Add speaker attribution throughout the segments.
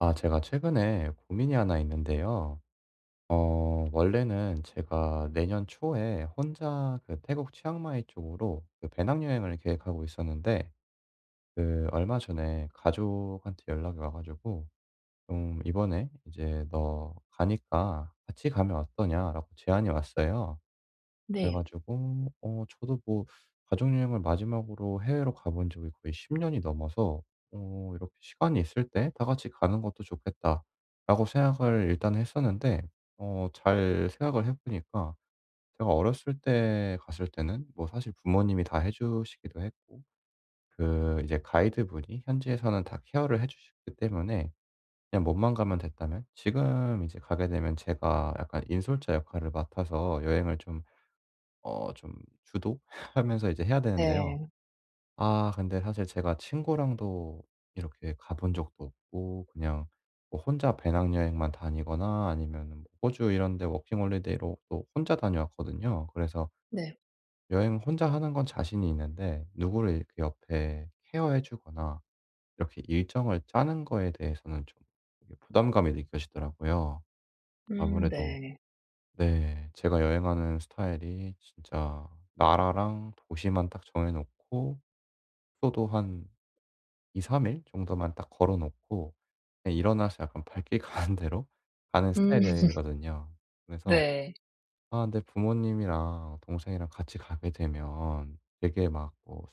Speaker 1: 아, 제가 최근에 고민이 하나 있는데요. 원래는 제가 내년 초에 혼자 그 태국 치앙마이 쪽으로 그 배낭여행을 계획하고 있었는데, 그 얼마 전에 가족한테 연락이 와가지고, 좀 이번에 이제 너 가니까 같이 가면 어떠냐라고 제안이 왔어요. 그래
Speaker 2: 네.
Speaker 1: 가지고 저도 뭐 가족 여행을 마지막으로 해외로 가본 적이 거의 10 년이 넘어서 이렇게 '시간이 있을 때 다 같이 가는 것도 좋겠다.'라고 생각을 일단 했었는데, 잘 생각을 해 보니까 제가 어렸을 때 갔을 때는 뭐 사실 부모님이 다 해 주시기도 했고, 그 이제 가이드분이 현지에서는 다 케어를 해 주셨기 때문에 그냥 몸만 가면 됐다면, 지금 이제 가게 되면 제가 약간 인솔자 역할을 맡아서 여행을 좀 주도하면서 이제 해야 되는데요.
Speaker 2: 네.
Speaker 1: 아 근데 사실 제가 친구랑도 이렇게 가본 적도 없고 그냥 뭐 혼자 배낭여행만 다니거나 아니면은 뭐 호주 이런 데 워킹홀리데이로 또 혼자 다녀왔거든요. 그래서
Speaker 2: 네.
Speaker 1: 여행 혼자 하는 건 자신이 있는데, 누구를 이렇게 옆에 케어해 주거나 이렇게 일정을 짜는 거에 대해서는 좀게 부담감이 느껴지더라고요. 아무래도.
Speaker 2: 네.
Speaker 1: 네. 제가 여행하는 스타일이 진짜 나라랑 도시만 딱 정해 놓고 숙소도 한 2-3일 정도만 딱 걸어 놓고 그냥 일어나서 약간 발길 가는 대로 가는
Speaker 2: 음
Speaker 1: 스타일이거든요. 그래서
Speaker 2: 네.
Speaker 1: 아 근데 부모님이랑 동생이랑 같이 가게 되면 되게 막 뭐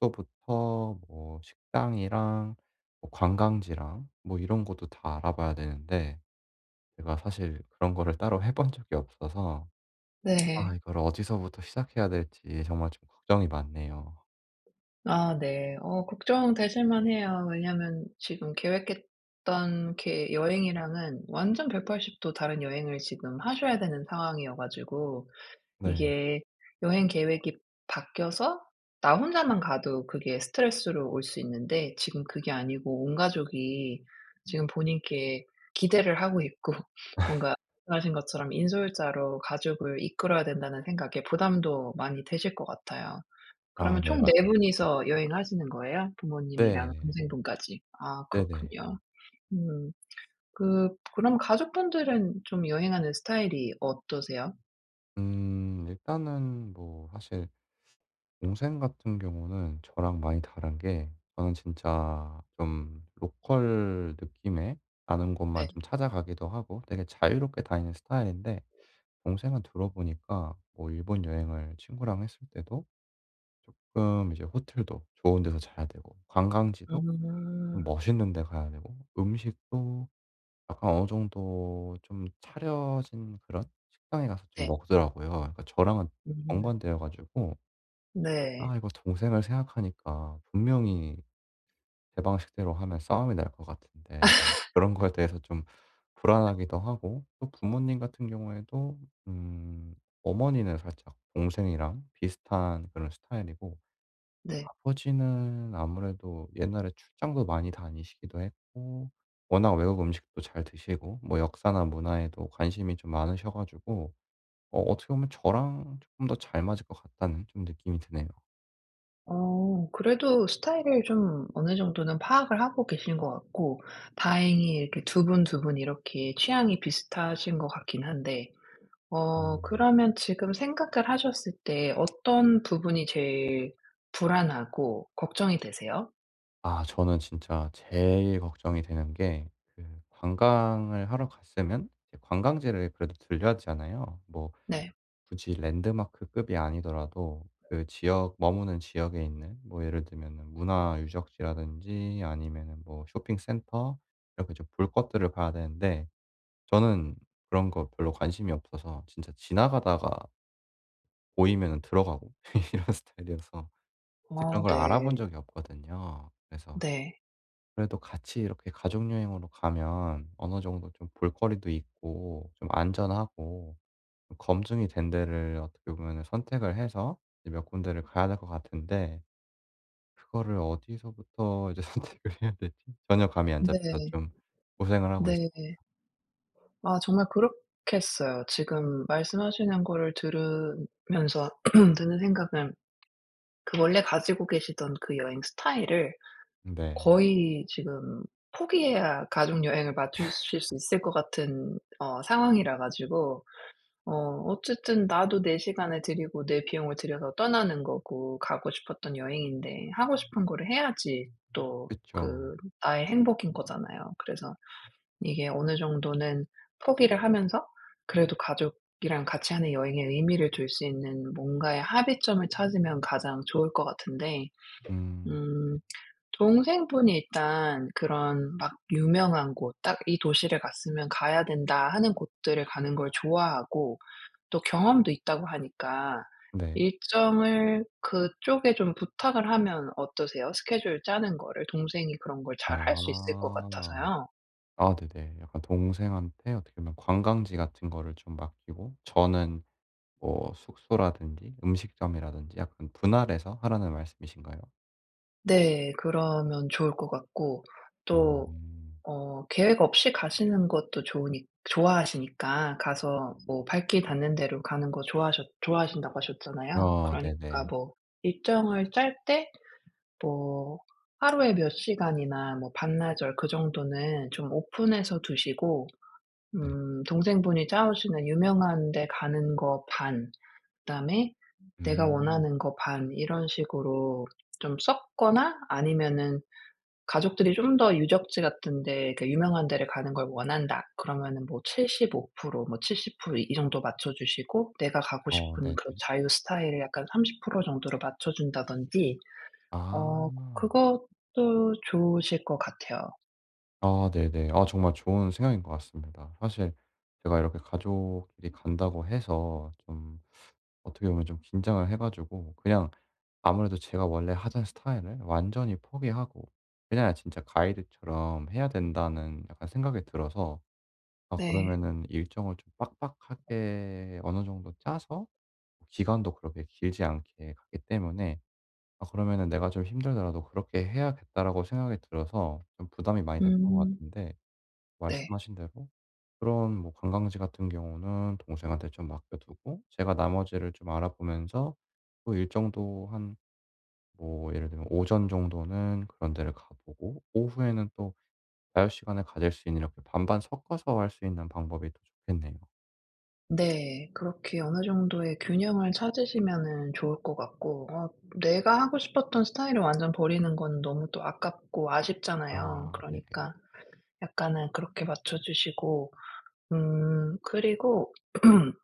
Speaker 1: 숙소부터 뭐 식당이랑 뭐 관광지랑 뭐 이런 것도 다 알아봐야 되는데, 제가 사실 그런 거를 따로 해본 적이 없어서 아
Speaker 2: 네.
Speaker 1: 이걸 어디서부터 시작해야 될지 정말 좀 걱정이 많네요.
Speaker 2: 아 네. 어 걱정되실 만해요. 왜냐면 지금 계획했던 게 여행이랑은 완전 180도 다른 여행을 지금 하셔야 되는 상황이어 가지고
Speaker 1: 네.
Speaker 2: 이게 여행 계획이 바뀌어서 나 혼자만 가도 그게 스트레스로 올 수 있는데 지금 그게 아니고 온 가족이 지금 본인께 기대를 하고 있고 뭔가 말씀하신 것처럼 '인솔자로 가족을 이끌어야 된다.'는 생각에 부담도 많이 되실 것 같아요.
Speaker 1: 아
Speaker 2: 그러면
Speaker 1: 네,
Speaker 2: 총 네
Speaker 1: 맞습니다.
Speaker 2: 분이서 여행하시는 거예요? 부모님이랑
Speaker 1: 네.
Speaker 2: 동생분까지. 아
Speaker 1: 네네.
Speaker 2: 그렇군요. 음. 그럼 가족분들은 좀 여행하는 스타일이 어떠세요?
Speaker 1: 음, 일단은 뭐 사실 동생 같은 경우는 저랑 많이 다른 게, 저는 진짜 좀 로컬 느낌의 아는 곳만
Speaker 2: 네.
Speaker 1: 좀 찾아가기도 하고 되게 자유롭게 다니는 스타일인데, 동생은 들어보니까 뭐 일본 여행을 친구랑 했을 때도 조금 이제 호텔도 좋은 데서 자야 되고, 관광지도 좀
Speaker 2: 음.
Speaker 1: 멋있는 데 가야 되고, 음식도 약간 어느 정도 좀 차려진 그런 식당에 가서 좀
Speaker 2: 네.
Speaker 1: 먹더라고요. 그러니까 저랑은
Speaker 2: 음.
Speaker 1: 정반대여 가지고
Speaker 2: 네.
Speaker 1: 아 이거 동생을 생각하니까 분명히 제 방식대로 하면 싸움이 날 것 같은데, 그런 거에 대해서 좀 불안하기도 하고, 또 부모님 같은 경우에도 음 어머니는 살짝 동생이랑 비슷한 그런 스타일이고,
Speaker 2: 네.
Speaker 1: 아버지는 아무래도 옛날에 출장도 많이 다니시기도 했고, 워낙 외국 음식도 잘 드시고 뭐 역사나 문화에도 관심이 좀 많으셔 가지고 어떻게 보면 저랑 조금 더 잘 맞을 것 같다는 좀 느낌이 드네요.
Speaker 2: 어 그래도 스타일을 좀 어느 정도는 파악을 하고 계신 것 같고, 다행히 이렇게 두 분, 두 분 이렇게 취향이 비슷하신 것 같긴 한데, 어
Speaker 1: 음.
Speaker 2: 그러면 지금 생각을 하셨을 때 어떤 부분이 제일 불안하고 걱정이 되세요?
Speaker 1: 아 저는 진짜 제일 걱정이 되는 게 그 관광을 하러 갔으면 이제 관광지를 그래도 들려야 되잖아요. 뭐
Speaker 2: 네.
Speaker 1: 굳이 랜드마크급이 아니더라도 그 지역 머무는 지역에 있는 뭐 예를 들면은 문화 유적지라든지 아니면은 뭐 쇼핑센터 이렇게 좀 볼 것들을 봐야 되는데, 저는 그런 거 별로 관심이 없어서 진짜 지나가다가 보이면은 들어가고 이런 스타일이어서 사실 그런
Speaker 2: 어
Speaker 1: 걸 알아본
Speaker 2: 네.
Speaker 1: 적이 없거든요. 그래서
Speaker 2: 네.
Speaker 1: 그래도 같이 이렇게 가족 여행으로 가면 어느 정도 좀 볼거리도 있고 좀 안전하고 검증이 된 데를 어떻게 보면 선택을 해서 이제 몇 군데를 가야 될 것 같은데, 그거를 어디서부터 이제 선택을 해야 될지 전혀 감이 안 잡혀서
Speaker 2: 네.
Speaker 1: 좀 고생을 하고
Speaker 2: 네.
Speaker 1: 있어요.
Speaker 2: 아 정말 그렇겠어요. 지금 말씀하시는 거를 들으면서 드는 생각은, 그 원래 가지고 계시던 그 여행 스타일을
Speaker 1: 네.
Speaker 2: 거의 지금 포기해야 가족 여행을 맞추실 수 있을 것 같은 어 상황이라 가지고, 어 어쨌든 나도 내 시간을 들이고 내 비용을 들여서 떠나는 거고 가고 싶었던 여행인데 하고 싶은 거를 해야지 또
Speaker 1: 그쵸.
Speaker 2: 그 나의 행복인 거잖아요. 그래서 이게 어느 정도는 포기를 하면서 그래도 가족이랑 같이 하는 여행의 의미를 둘 수 있는 뭔가의 합의점을 찾으면 가장 좋을 것 같은데.
Speaker 1: 음
Speaker 2: 음. 동생분이 일단 그런 막 유명한 곳 '딱 이 도시를 갔으면 가야 된다.' 하는 곳들을 가는 걸 좋아하고 또 경험도 있다고 하니까,
Speaker 1: 네.
Speaker 2: 일정을 그쪽에 좀 부탁을 하면 어떠세요? 스케줄 짜는 거를 동생이 그런 걸 잘 할 수 있을 것
Speaker 1: 아.
Speaker 2: 같아서요.
Speaker 1: 아 네네. 약간 동생한테 어떻게 보면 관광지 같은 거를 좀 맡기고, 저는 뭐 숙소라든지 음식점이라든지 약간 분할해서 하라는 말씀이신가요?
Speaker 2: 네. 그러면 좋을 것 같고, 또
Speaker 1: 음.
Speaker 2: 어 계획 없이 가시는 것도 좋으니 좋아하시니까, 가서 뭐 발길 닿는 대로 가는 거 좋아하셨 좋아하신다고 하셨잖아요.
Speaker 1: 어
Speaker 2: 그러니까
Speaker 1: 네네.
Speaker 2: 뭐 일정을 짤 때, 뭐 하루에 몇 시간이나 뭐 반나절 그 정도는 좀 오픈해서 두시고,
Speaker 1: 네.
Speaker 2: 동생분이 짜오시는 유명한 데 가는 거 반, 그다음에 내가
Speaker 1: 음.
Speaker 2: 원하는 거 반 이런 식으로 좀 섞거나, 아니면은 가족들이 좀 더 유적지 같은 데 그 유명한 데를 가는 걸 원한다. 그러면은 뭐 75% 뭐 70% 이 정도 맞춰 주시고 내가 가고
Speaker 1: 어
Speaker 2: 싶은
Speaker 1: 네네.
Speaker 2: 그런 자유 스타일을 약간 30% 정도로 맞춰 준다든지,
Speaker 1: 아.
Speaker 2: 어 그것도 좋으실 것 같아요.
Speaker 1: 아 네네. 아 정말 좋은 생각인 것 같습니다. 사실 제가 이렇게 가족끼리 간다고 해서 좀 어떻게 보면 좀 긴장을 해 가지고 그냥 아무래도 제가 원래 하던 스타일을 완전히 포기하고 그냥 진짜 가이드처럼 해야 된다는 약간 생각이 들어서, 아
Speaker 2: 네.
Speaker 1: 그러면은 일정을 좀 빡빡하게 어느 정도 짜서, 기간도 그렇게 길지 않게 가기 때문에 아 그러면은 '내가 좀 힘들더라도 그렇게 해야겠다.'라고 생각이 들어서 좀 부담이 많이 됐던 것
Speaker 2: 음
Speaker 1: 같은데,
Speaker 2: 네.
Speaker 1: 말씀하신 대로 그런 뭐 관광지 같은 경우는 동생한테 좀 맡겨 두고 제가 나머지를 좀 알아보면서 또 일정도 한 뭐 예를 들면 오전 정도는 그런 데를 가 보고 오후에는 또 자유 시간을 가질 수 있는 이렇게 반반 섞어서 할 수 있는 방법이 더 좋겠네요.
Speaker 2: 네. 그렇게 어느 정도의 균형을 찾으시면은 좋을 것 같고, 어 내가 하고 싶었던 스타일을 완전 버리는 건 너무 또 아깝고 아쉽잖아요.
Speaker 1: 아 네네.
Speaker 2: 그러니까 약간은 그렇게 맞춰주시고, 그리고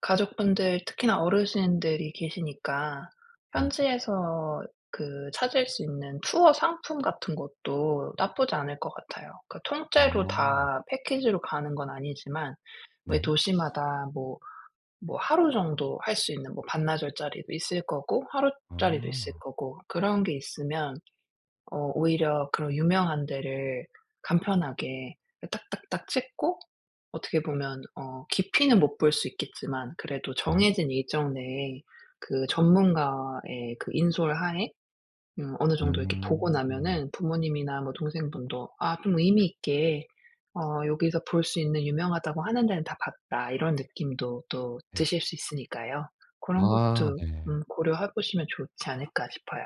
Speaker 2: 가족분들 특히나 어르신들이 계시니까
Speaker 1: 네.
Speaker 2: 현지에서 그 찾을 수 있는 투어 상품 같은 것도 나쁘지 않을 것 같아요. 그
Speaker 1: 아.
Speaker 2: 통째로 다 패키지로 가는 건 아니지만, 왜
Speaker 1: 네.
Speaker 2: 도시마다 뭐 뭐 하루 정도 할 수 있는 뭐 반나절짜리도 있을 거고 하루짜리도 있을
Speaker 1: 아.
Speaker 2: 거고 그런 게 있으면, 어 오히려 그런 유명한 데를 간편하게 딱딱딱 찍고 어떻게 보면 어 깊이는 못 볼 수 있겠지만 그래도
Speaker 1: 네.
Speaker 2: 정해진 일정 내에 그 전문가의 그 인솔 하에 어느 정도 이렇게 보고
Speaker 1: 음.
Speaker 2: 나면은 부모님이나 뭐 동생분도 '아 좀 의미 있게 어 여기서 볼 수 있는 유명하다고 하는 데는 다 봤다.' 이런 느낌도 또
Speaker 1: 네.
Speaker 2: 드실 수 있으니까요. 그런
Speaker 1: 아
Speaker 2: 것도
Speaker 1: 네.
Speaker 2: 고려해 보시면 좋지 않을까 싶어요.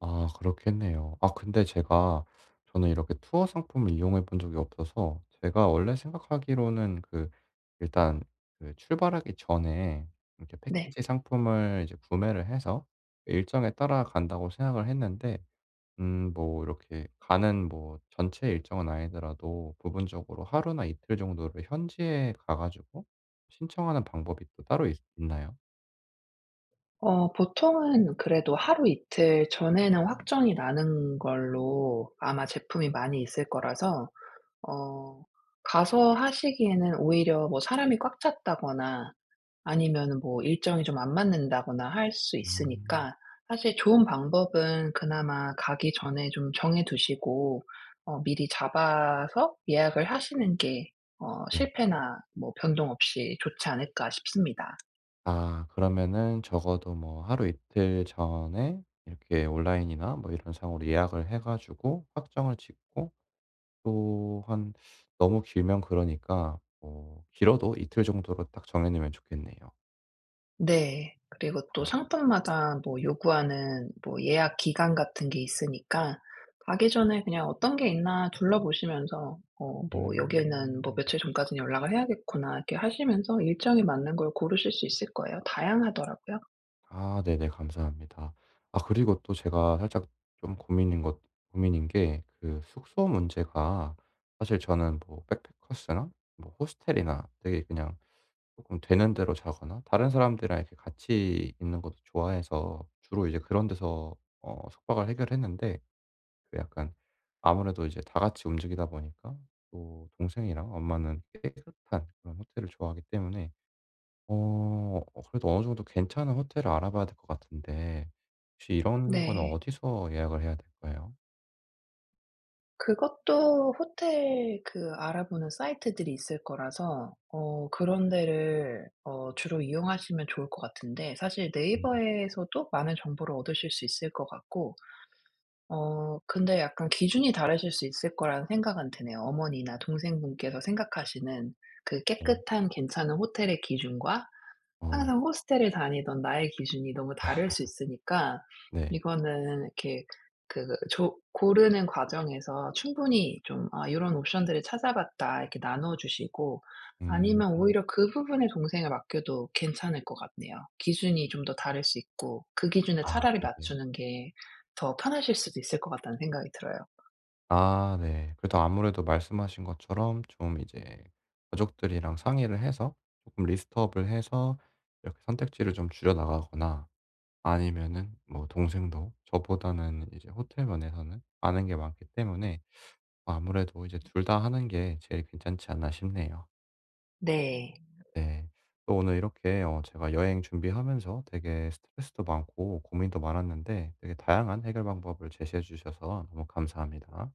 Speaker 1: 아 그렇겠네요. 아 근데 제가 저는 이렇게 투어 상품을 이용해 본 적이 없어서 제가 원래 생각하기로는 그 일단 그 출발하기 전에 이렇게
Speaker 2: 네.
Speaker 1: 패키지 상품을 이제 구매를 해서 일정에 따라간다고 생각을 했는데, 뭐 이렇게 가는 뭐 전체 일정은 아니더라도 부분적으로 하루나 이틀 정도를 현지에 가 가지고 신청하는 방법이 또 따로 있 있나요?
Speaker 2: 어 보통은 그래도 하루 이틀 전에는 확정이 나는 걸로 아마 제품이 많이 있을 거라서, 어 가서 하시기에는 오히려 뭐 사람이 꽉 찼다거나 아니면 뭐 일정이 좀 안 맞는다거나 할 수
Speaker 1: 음.
Speaker 2: 있으니까, 사실 좋은 방법은 그나마 가기 전에 좀 정해 두시고 어 미리 잡아서 예약을 하시는 게 어
Speaker 1: 네.
Speaker 2: 실패나 뭐 변동 없이 좋지 않을까 싶습니다.
Speaker 1: 아 그러면은 적어도 뭐 하루 이틀 전에 이렇게 온라인이나 뭐 이런 상으로 예약을 해 가지고 확정을 짓고, 또한 너무 길면 그러니까 뭐 길어도 이틀 정도로 딱 정해 놓으면 좋겠네요.
Speaker 2: 네. 그리고 또
Speaker 1: 아,
Speaker 2: 상품마다 뭐 요구하는 뭐 예약 기간 같은 게 있으니까, 가기 전에 그냥 '어떤 게 있나 둘러보시면서 어 뭐 여기는 뭐
Speaker 1: 음.
Speaker 2: 며칠 전까지는 연락을 해야겠구나.' 이렇게 하시면서 일정에 맞는 걸 고르실 수 있을 거예요. 다양하더라고요.
Speaker 1: 아 네네, 감사합니다. 아 그리고 또 제가 살짝 좀 고민인 게 그 숙소 문제가 사실 저는 뭐 백패커스나 뭐 호스텔이나 되게 그냥 조금 되는 대로 자거나 다른 사람들이랑 이렇게 같이 있는 것도 좋아해서 주로 이제 그런 데서 숙박을 해결했는데, 그 약간 아무래도 이제 다 같이 움직이다 보니까 또 동생이랑 엄마는 깨끗한 그런 호텔을 좋아하기 때문에, 어 그래도 어느 정도 괜찮은 호텔을 알아봐야 될 것 같은데 혹시 이런 거는
Speaker 2: 네.
Speaker 1: 어디서 예약을 해야 될까요?
Speaker 2: 그것도 호텔 그 알아보는 사이트들이 있을 거라서 어 그런 데를 어 주로 이용하시면 좋을 것 같은데, 사실
Speaker 1: 음
Speaker 2: 네이버에서도 많은 정보를 얻으실 수 있을 것 같고, 어 근데 약간 기준이 다르실 수 있을 거라는 생각은 드네요. 어머니나 동생분께서 생각하시는 그
Speaker 1: 네.
Speaker 2: 깨끗한 괜찮은 호텔의 기준과
Speaker 1: 어
Speaker 2: 항상 호스텔을 다니던 나의 기준이 너무 다를 수 있으니까,
Speaker 1: 네.
Speaker 2: 이거는 이렇게 그 그 조 고르는 과정에서 충분히 좀 "아 런 옵션들을 찾아봤다." 이렇게 나눠 주시고,
Speaker 1: 음.
Speaker 2: 아니면 오히려 그 부분에 동생을 맡겨도 괜찮을 것 같네요. 기준이 좀 더 다를 수 있고 그 기준에
Speaker 1: 아
Speaker 2: 차라리
Speaker 1: 네네.
Speaker 2: 맞추는 게 더 편하실 수도 있을 것 같다는 생각이 들어요.
Speaker 1: 아 네. 그래도 아무래도 말씀하신 것처럼 좀 이제 가족들이랑 상의를 해서 조금 리스트업을 해서 이렇게 선택지를 좀 줄여 나가거나, 아니면은 뭐 동생도 저보다는 이제 호텔 면에서는 아는 게 많기 때문에 아무래도 이제 둘 다 하는 게 제일 괜찮지 않나 싶네요.
Speaker 2: 네.
Speaker 1: 네. 또 오늘 이렇게 제가 여행 준비하면서 되게 스트레스도 많고 고민도 많았는데 되게 다양한 해결 방법을 제시해 주셔서 너무 감사합니다.